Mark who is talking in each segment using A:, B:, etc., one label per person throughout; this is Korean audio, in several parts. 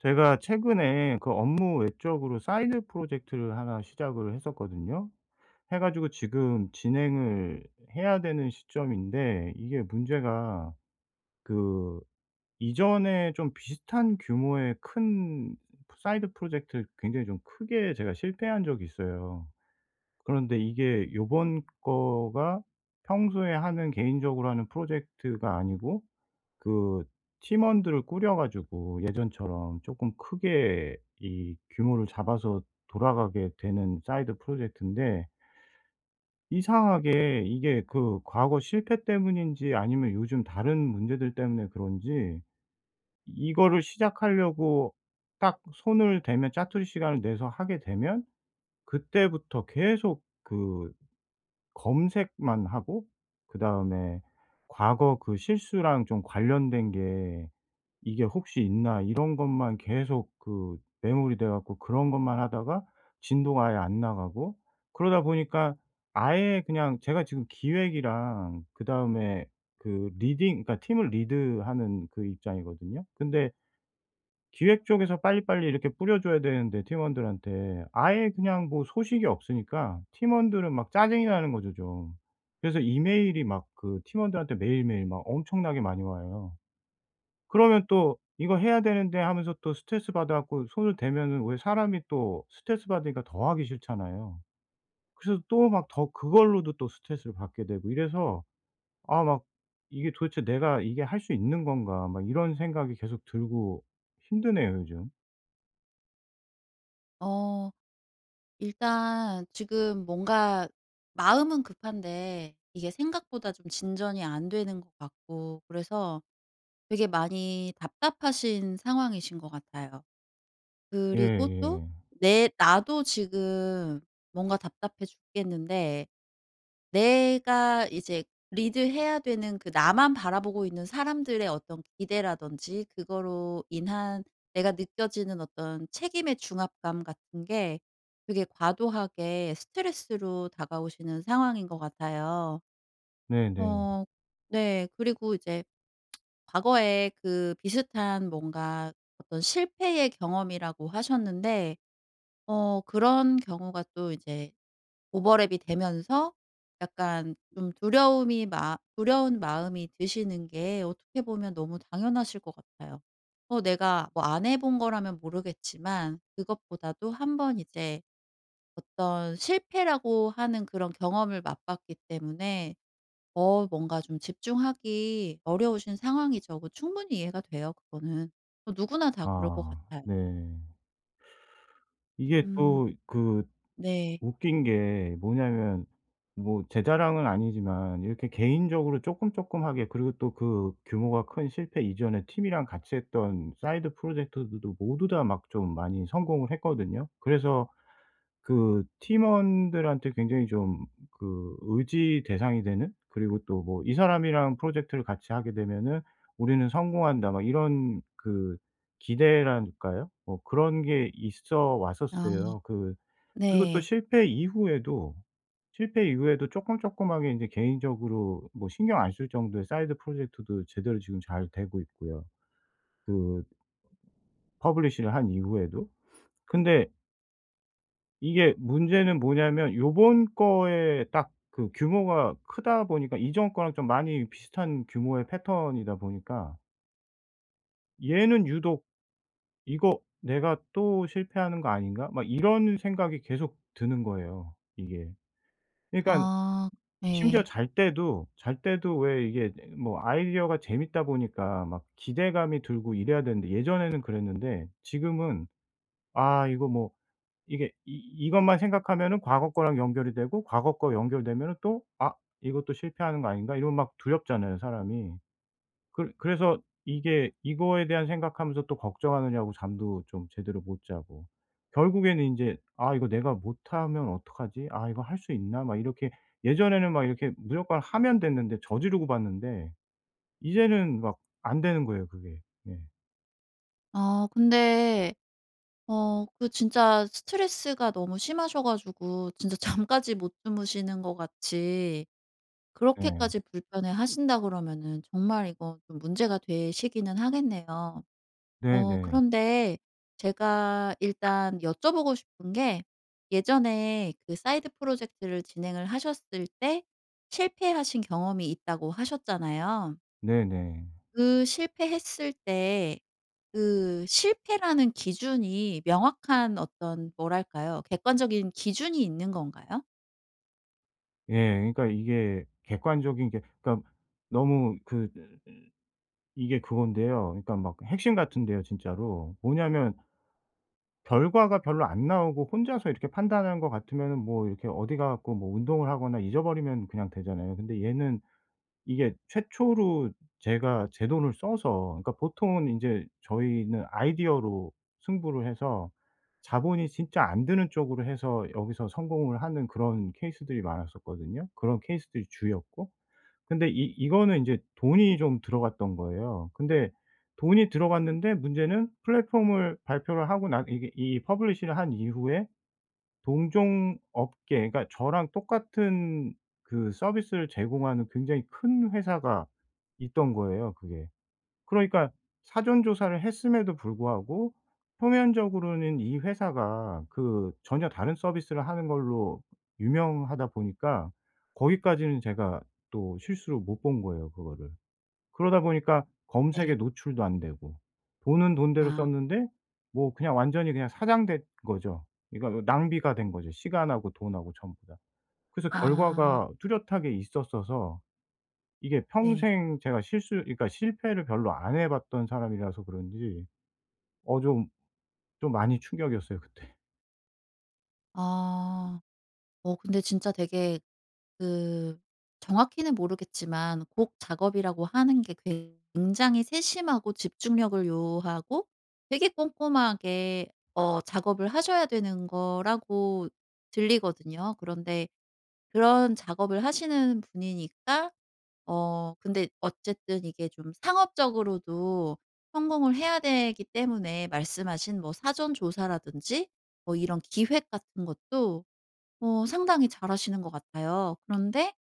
A: 제가 최근에 업무 외적으로 사이드 프로젝트를 하나 시작을 했었거든요. 해 가지고 지금 진행을 해야 되는 시점인데 이게 문제가 그 이전에 좀 비슷한 규모의 큰 사이드 프로젝트를 굉장히 좀 크게 제가 실패한 적이 있어요. 그런데 이게 요번 거가 평소에 하는 개인적으로 하는 프로젝트가 아니고 그 팀원들을 꾸려 가지고 예전처럼 조금 크게 이 규모를 잡아서 돌아가게 되는 사이드 프로젝트인데, 이상하게 이게 그 과거 실패 때문인지 아니면 요즘 다른 문제들 때문에 그런지 이거를 시작하려고 딱 손을 대면, 짜투리 시간을 내서 하게 되면 그때부터 계속 검색만 하고, 그다음에 과거 그 실수랑 좀 관련된 게 '이게 혹시 있나?' 이런 것만 계속 그매모이돼 갖고 그런 것만 하다가 진도가 아예 안 나가고, 그러다 보니까 아예 그냥 제가 지금 기획이랑 그다음에 그 리딩, 그러니까 팀을 리드하는 그 입장이거든요. 근데 기획 쪽에서 빨리빨리 이렇게 뿌려줘야 되는데 팀원들한테 아예 그냥 뭐 소식이 없으니까 팀원들은 막 짜증이 나는 거죠 좀. 그래서 이메일이 막 그 팀원들한테 매일매일 막 엄청나게 많이 와요. 그러면 또 '이거 해야 되는데.' 하면서 또 스트레스 받아 갖고 손을 대면은, 왜 사람이 또 스트레스 받으니까 더 하기 싫잖아요. 그래서 또 막 더 그걸로도 또 스트레스를 받게 되고 이래서, 아 막 '이게 도대체 내가 이게 할 수 있는 건가.' 막 이런 생각이 계속 들고, 힘드네요 요즘.
B: 어 일단 지금 뭔가 마음은 급한데 이게 생각보다 좀 진전이 안 되는 것 같고 그래서 되게 많이 답답하신 상황이신 것 같아요. 그리고 또
A: 예예.
B: 내 나도 지금 뭔가 답답해 죽겠는데 내가 이제 리드해야 되는 그 나만 바라보고 있는 사람들의 어떤 기대라든지 그거로 인한 내가 느껴지는 어떤 책임의 중압감 같은 게 되게 과도하게 스트레스로 다가오시는 상황인 것 같아요.
A: 네네.
B: 어 네. 그리고 이제 과거에 그 비슷한 뭔가 어떤 실패의 경험이라고 하셨는데 그런 경우가 또 이제 오버랩이 되면서 약간 좀 두려움이 마 두려운 마음이 드시는 게 어떻게 보면 너무 당연하실 것 같아요. 내가 뭐 안 해본 거라면 모르겠지만 그것보다도 한 번 이제 어떤 실패라고 하는 그런 경험을 맛봤기 때문에 뭔가 좀 집중하기 어려우신 상황이죠. 그 충분히 이해가 돼요 그거는. 누구나 다 그럴 것
A: 아
B: 같아요.
A: 네. 이게
B: 음.
A: 또 그
B: 네.
A: 웃긴 게 뭐냐면, 뭐 제 자랑은 아니지만 이렇게 개인적으로 쪼끔쪼끔하게, 그리고 또 그 규모가 큰 실패 이전에 팀이랑 같이 했던 사이드 프로젝트들도 모두 다 막 좀 많이 성공을 했거든요. 그래서 그 팀원들한테 굉장히 좀 그 의지 대상이 되는, 그리고 또 뭐 "이 사람이랑 프로젝트를 같이 하게 되면은 우리는 성공한다." 막 이런 그 기대랄까요? 뭐 그런 게 있어
B: 아
A: 왔었어요. 그리고 또
B: 네.
A: 실패 이후에도, 실패 이후에도 쪼끔쪼끔하게 인제 개인적으로 뭐 신경 안 쓸 정도의 사이드 프로젝트도 제대로 지금 잘 되고 있고요, 그 publish를 한 이후에도. 근데 이게 문제는 뭐냐면, 요번 거에 딱 그 규모가 크다 보니까 이전 거랑 좀 많이 비슷한 규모의 패턴이다 보니까 얘는 유독 '이거 내가 또 실패하는 거 아닌가?' 막 이런 생각이 계속 드는 거예요 이게. 그러니깐
B: 아
A: 심지어
B: 네.
A: 잘 때도 왜 이게, 뭐 아이디어가 재밌다 보니까 막 기대감이 들고 이래야 되는데, 예전에는 그랬는데 지금은 아 이거 뭐, 이게 이 이것만 생각하면은 과거 거랑 연결이 되고, 과거 거 연결되면은 또 '아 이것도 실패하는 거 아닌가?' 이러면 막 두렵잖아요, 사람이. 그래서 이게 이거에 대한 생각하면서 또 걱정하느냐고 잠도 좀 제대로 못 자고. 결국에는 이제 '아 이거 내가 못하면 어떡하지? 아 이거 할 수 있나?' 막 이렇게, 예전에는 막 이렇게 무조건 하면 됐는데, 저지르고 봤는데 이제는 막 안 되는 거예요, 그게. 예.
B: 아 근데 그 진짜 스트레스가 너무 심하셔 가지고 진짜 잠까지 못 주무시는 것 같이
A: 네.
B: 그렇게까지 불편해하신다 그러면은 정말 이거 좀 문제가 되시기는 하겠네요.
A: 네. 네네.
B: 그런데 제가 일단 여쭤보고 싶은 게 예전에 그 사이드 프로젝트를 진행을 하셨을 때 실패하신 경험이 있다고 하셨잖아요.
A: 네네.
B: 그 실패했을 때 그 실패라는 기준이 명확한 어떤 뭐랄까요? 객관적인 기준이 있는 건가요?
A: 예. 그러니까 이게 객관적인 게, 그러니까 너무 그 이게 그건데요. 그러니까 막 핵심 같은데요 진짜로. 뭐냐면 결과가 별로 안 나오고 혼자서 이렇게 판단하는 것 같으면은 뭐 이렇게 어디 가고 뭐 운동을 하거나 잊어버리면 그냥 되잖아요. 근데 얘는 이게 최초로 제가 제 돈을 써서, 그러니까 보통은 인제 저희는 아이디어로 승부를 해서 자본이 진짜 안 드는 쪽으로 해서 여기서 성공을 하는 그런 케이스들이 많았었거든요. 그런 케이스들이 주였고, 근데 이 이거는 인제 돈이 좀 들어갔던 거예요. 근데 돈이 들어갔는데 문제는, 플랫폼을 발표를 하고 난, 이게 이 publish를 한 이후에, 동종 업계 그러니까 저랑 똑같은 그 서비스를 제공하는 굉장히 큰 회사가 있던 거예요 그게. 그러니까 사전 조사를 했음에도 불구하고 표면적으로는 이 회사가 그 전혀 다른 서비스를 하는 걸로 유명하다 보니까 거기까지는 제가 또 실수로 못 본 거예요, 그거를. 그러다 보니까 검색에
B: 네.
A: 노출도 안 되고, 돈은 돈대로
B: 아.
A: 썼는데, 뭐 그냥 완전히 그냥 사장된 거죠. 그러니까 뭐 낭비가 된 거죠, 시간하고 돈하고 전부 다. 그래서
B: 아
A: 결과가 뚜렷하게 있었어서, 이게
B: 네.
A: 평생 제가 실수 그러니까 실패를 별로 안 해 봤던 사람이라서 그런지 좀, 많이 충격이었어요 그때.
B: 아. 어 근데 진짜 되게 그 정확히는 모르겠지만 곡 작업이라고 하는 게 굉장히 세심하고 집중력을 요하고 되게 꼼꼼하게 어 작업을 하셔야 되는 거라고 들리거든요. 그런데 그런 작업을 하시는 분이니까 어 근데 어쨌든 이게 좀 상업적으로도 성공을 해야 되기 때문에 말씀하신 뭐 사전 조사라든지 뭐 이런 기획 같은 것도 어 상당히 잘하시는 것 같아요. 그런데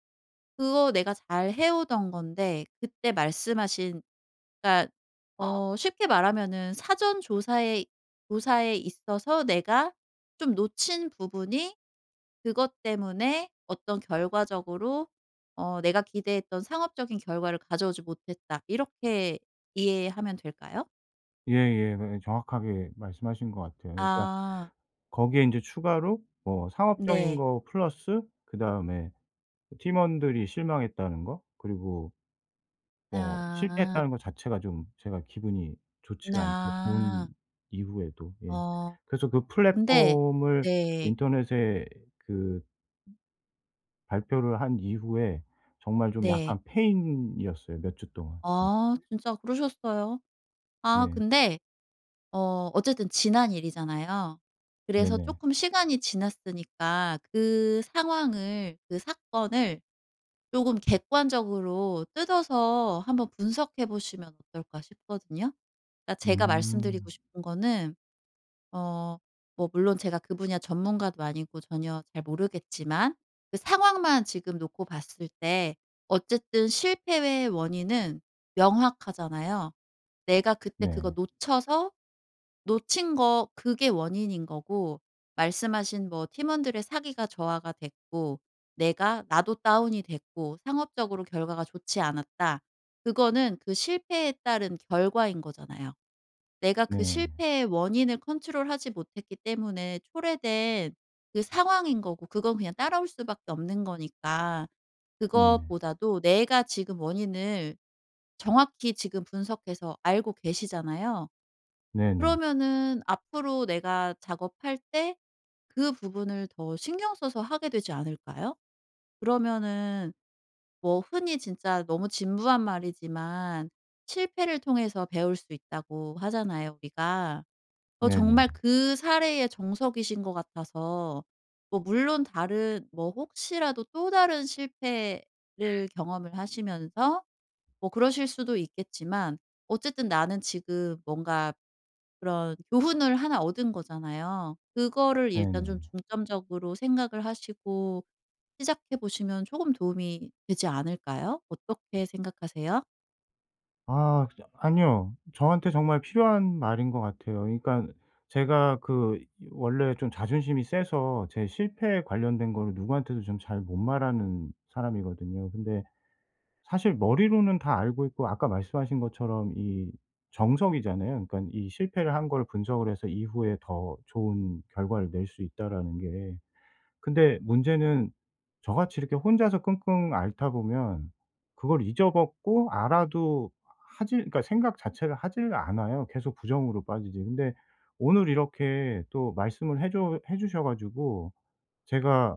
B: 그거 내가 잘 해오던 건데 그때 말씀하신 그러니까 어 쉽게 말하면은 사전 조사에 조사에 있어서 내가 좀 놓친 부분이 그것 때문에 어떤 결과적으로 어 '내가 기대했던 상업적인 결과를 가져오지 못했다.' 이렇게 이해하면 될까요?
A: 예예. 네, 정확하게 말씀하신 것 같아요. 그러니까
B: 아.
A: 거기에 인제 추가로 뭐 상업적인
B: 네.
A: 거 플러스, 그다음에 팀원들이 실망했다는 거, 그리고 뭐
B: 아.
A: 실패했다는 거 자체가 좀 제가 기분이 좋지가 않죠, 돈
B: 아.
A: 이후에도. 예.
B: 어.
A: 그래서 그
B: 근데
A: 플랫폼을
B: 네.
A: 인터넷에 그 발표를 한 이후에 정말 좀
B: 네.
A: 약간 패인이었어요 몇 주 동안. 음.
B: 아 진짜 그러셨어요? 아
A: 네.
B: 근데 어 어쨌든 지난 일이잖아요. 그래서
A: 네네.
B: 조금 시간이 지났으니까 그 상황을 그 사건을 조금 객관적으로 뜯어서 한번 분석해 보시면 어떨까 싶거든요. 그러니까 제가 말씀드리고
A: 음.
B: 싶은 거는 어 뭐 물론 제가 그 분야 전문가도 아니고 전혀 잘 모르겠지만 그 상황만 지금 놓고 봤을 때 어쨌든 실패의 원인은 명확하잖아요. 내가 그때 그거
A: 네.
B: 놓쳐서 놓친 거 그게 원인인 거고 말씀하신 뭐 팀원들의 사기가 저하가 됐고 내가 나도 다운이 됐고 상업적으로 결과가 좋지 않았다. 그거는 그 실패에 따른 결과인 거잖아요. 내가 그
A: 네.
B: 실패의 원인을 컨트롤하지 못했기 때문에 초래된 그 상황인 거고 그건 그냥 따라올 수밖에 없는 거니까
A: 네.
B: 그것보다도 내가 지금 원인을 정확히 지금 분석해서 알고 계시잖아요.
A: 네네.
B: 그러면은 앞으로 내가 작업할 때 그 부분을 더 신경 써서 하게 되지 않을까요? 그러면은 뭐 흔히 진짜 너무 진부한 말이지만 실패를 통해서 배울 수 있다고 하잖아요, 우리가.
A: 네네.
B: 정말 그 사례의 정석이신 것 같아서 뭐 물론 다른 뭐 혹시라도 또 다른 실패를 경험을 하시면서 뭐 그러실 수도 있겠지만 어쨌든 나는 지금 뭔가 그런 교훈을 하나 얻은 거잖아요. 그거를 일단 좀
A: 네네.
B: 중점적으로 생각을 하시고 시작해 보시면 조금 도움이 되지 않을까요? 어떻게 생각하세요?
A: 아 저 아니요. 저한테 정말 필요한 말인 것 같아요. 그러니까 제가 그 원래 좀 자존심이 세서 제 실패에 관련된 거를 누구한테도 좀 잘 못 말하는 사람이거든요. 근데 사실 머리로는 다 알고 있고, 아까 말씀하신 것처럼 이 정석이잖아요. 그러니까 이 실패를 한 걸 분석을 해서 이후에 더 좋은 결과를 낼 수 있다라는 게. 근데 문제는, 저같이 이렇게 혼자서 끙끙 앓다 보면 그걸 잊어먹고 알아도 하질, 그러니까 생각 자체를 하질 않아요. 계속 부정으로 빠지지. 근데 오늘 이렇게 또 말씀을 해줘 해 주셔 가지고 제가,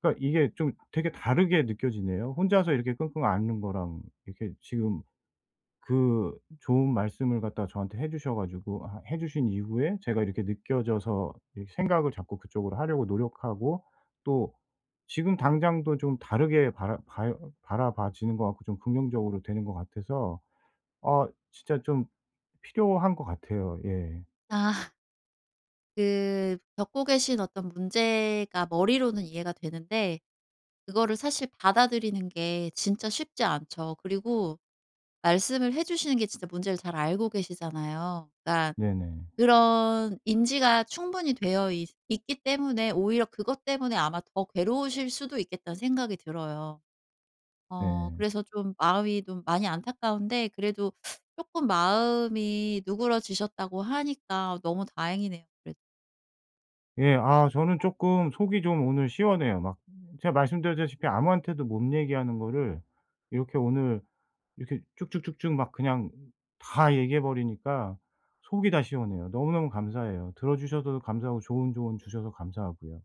A: 그러니까 이게 좀 되게 다르게 느껴지네요. 혼자서 이렇게 끙끙 앓는 거랑 이렇게 지금 그 좋은 말씀을 갖다 저한테 해 주셔 가지고, 아 해 주신 이후에 제가 이렇게 느껴져서 이 생각을 자꾸 그쪽으로 하려고 노력하고, 또 지금 당장도 좀 다르게 바라봐지는 것 같고 좀 긍정적으로 되는 것 같아서 아 진짜 좀 필요한 것 같아요. 예.
B: 아 그 겪고 계신 어떤 문제가 머리로는 이해가 되는데 그거를 사실 받아들이는 게 진짜 쉽지 않죠. 그리고 말씀을 해 주시는 게 진짜 문제를 잘 알고 계시잖아요. 그러니까
A: 네네.
B: 그런 인지가 충분히 되어 있 있기 때문에 오히려 그것 때문에 아마 더 괴로우실 수도 있겠다는 생각이 들어요.
A: 네.
B: 그래서 좀 마음이 좀 많이 안타까운데 그래도 조금 마음이 누그러지셨다고 하니까 너무 다행이네요 그래도.
A: 예. 아 저는 쪼끔 속이 좀 오늘 시원해요. 막 제가 말씀드렸다시피 아무한테도 못 얘기하는 거를 이렇게 오늘 이렇게 쭉쭉쭉쭉 막 그냥 다 얘기해 버리니까 속이 다 시원해요. 너무너무 감사해요. 들어 주셔서도 감사하고 좋은 조언 주셔서 감사하고요.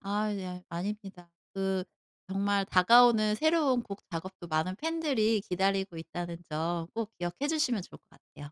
B: 아 예 아닙니다. 그 정말 다가오는 새로운 곡 작업도 많은 팬들이 기다리고 있다는 점 꼭 기억해 주시면 좋을 것 같아요.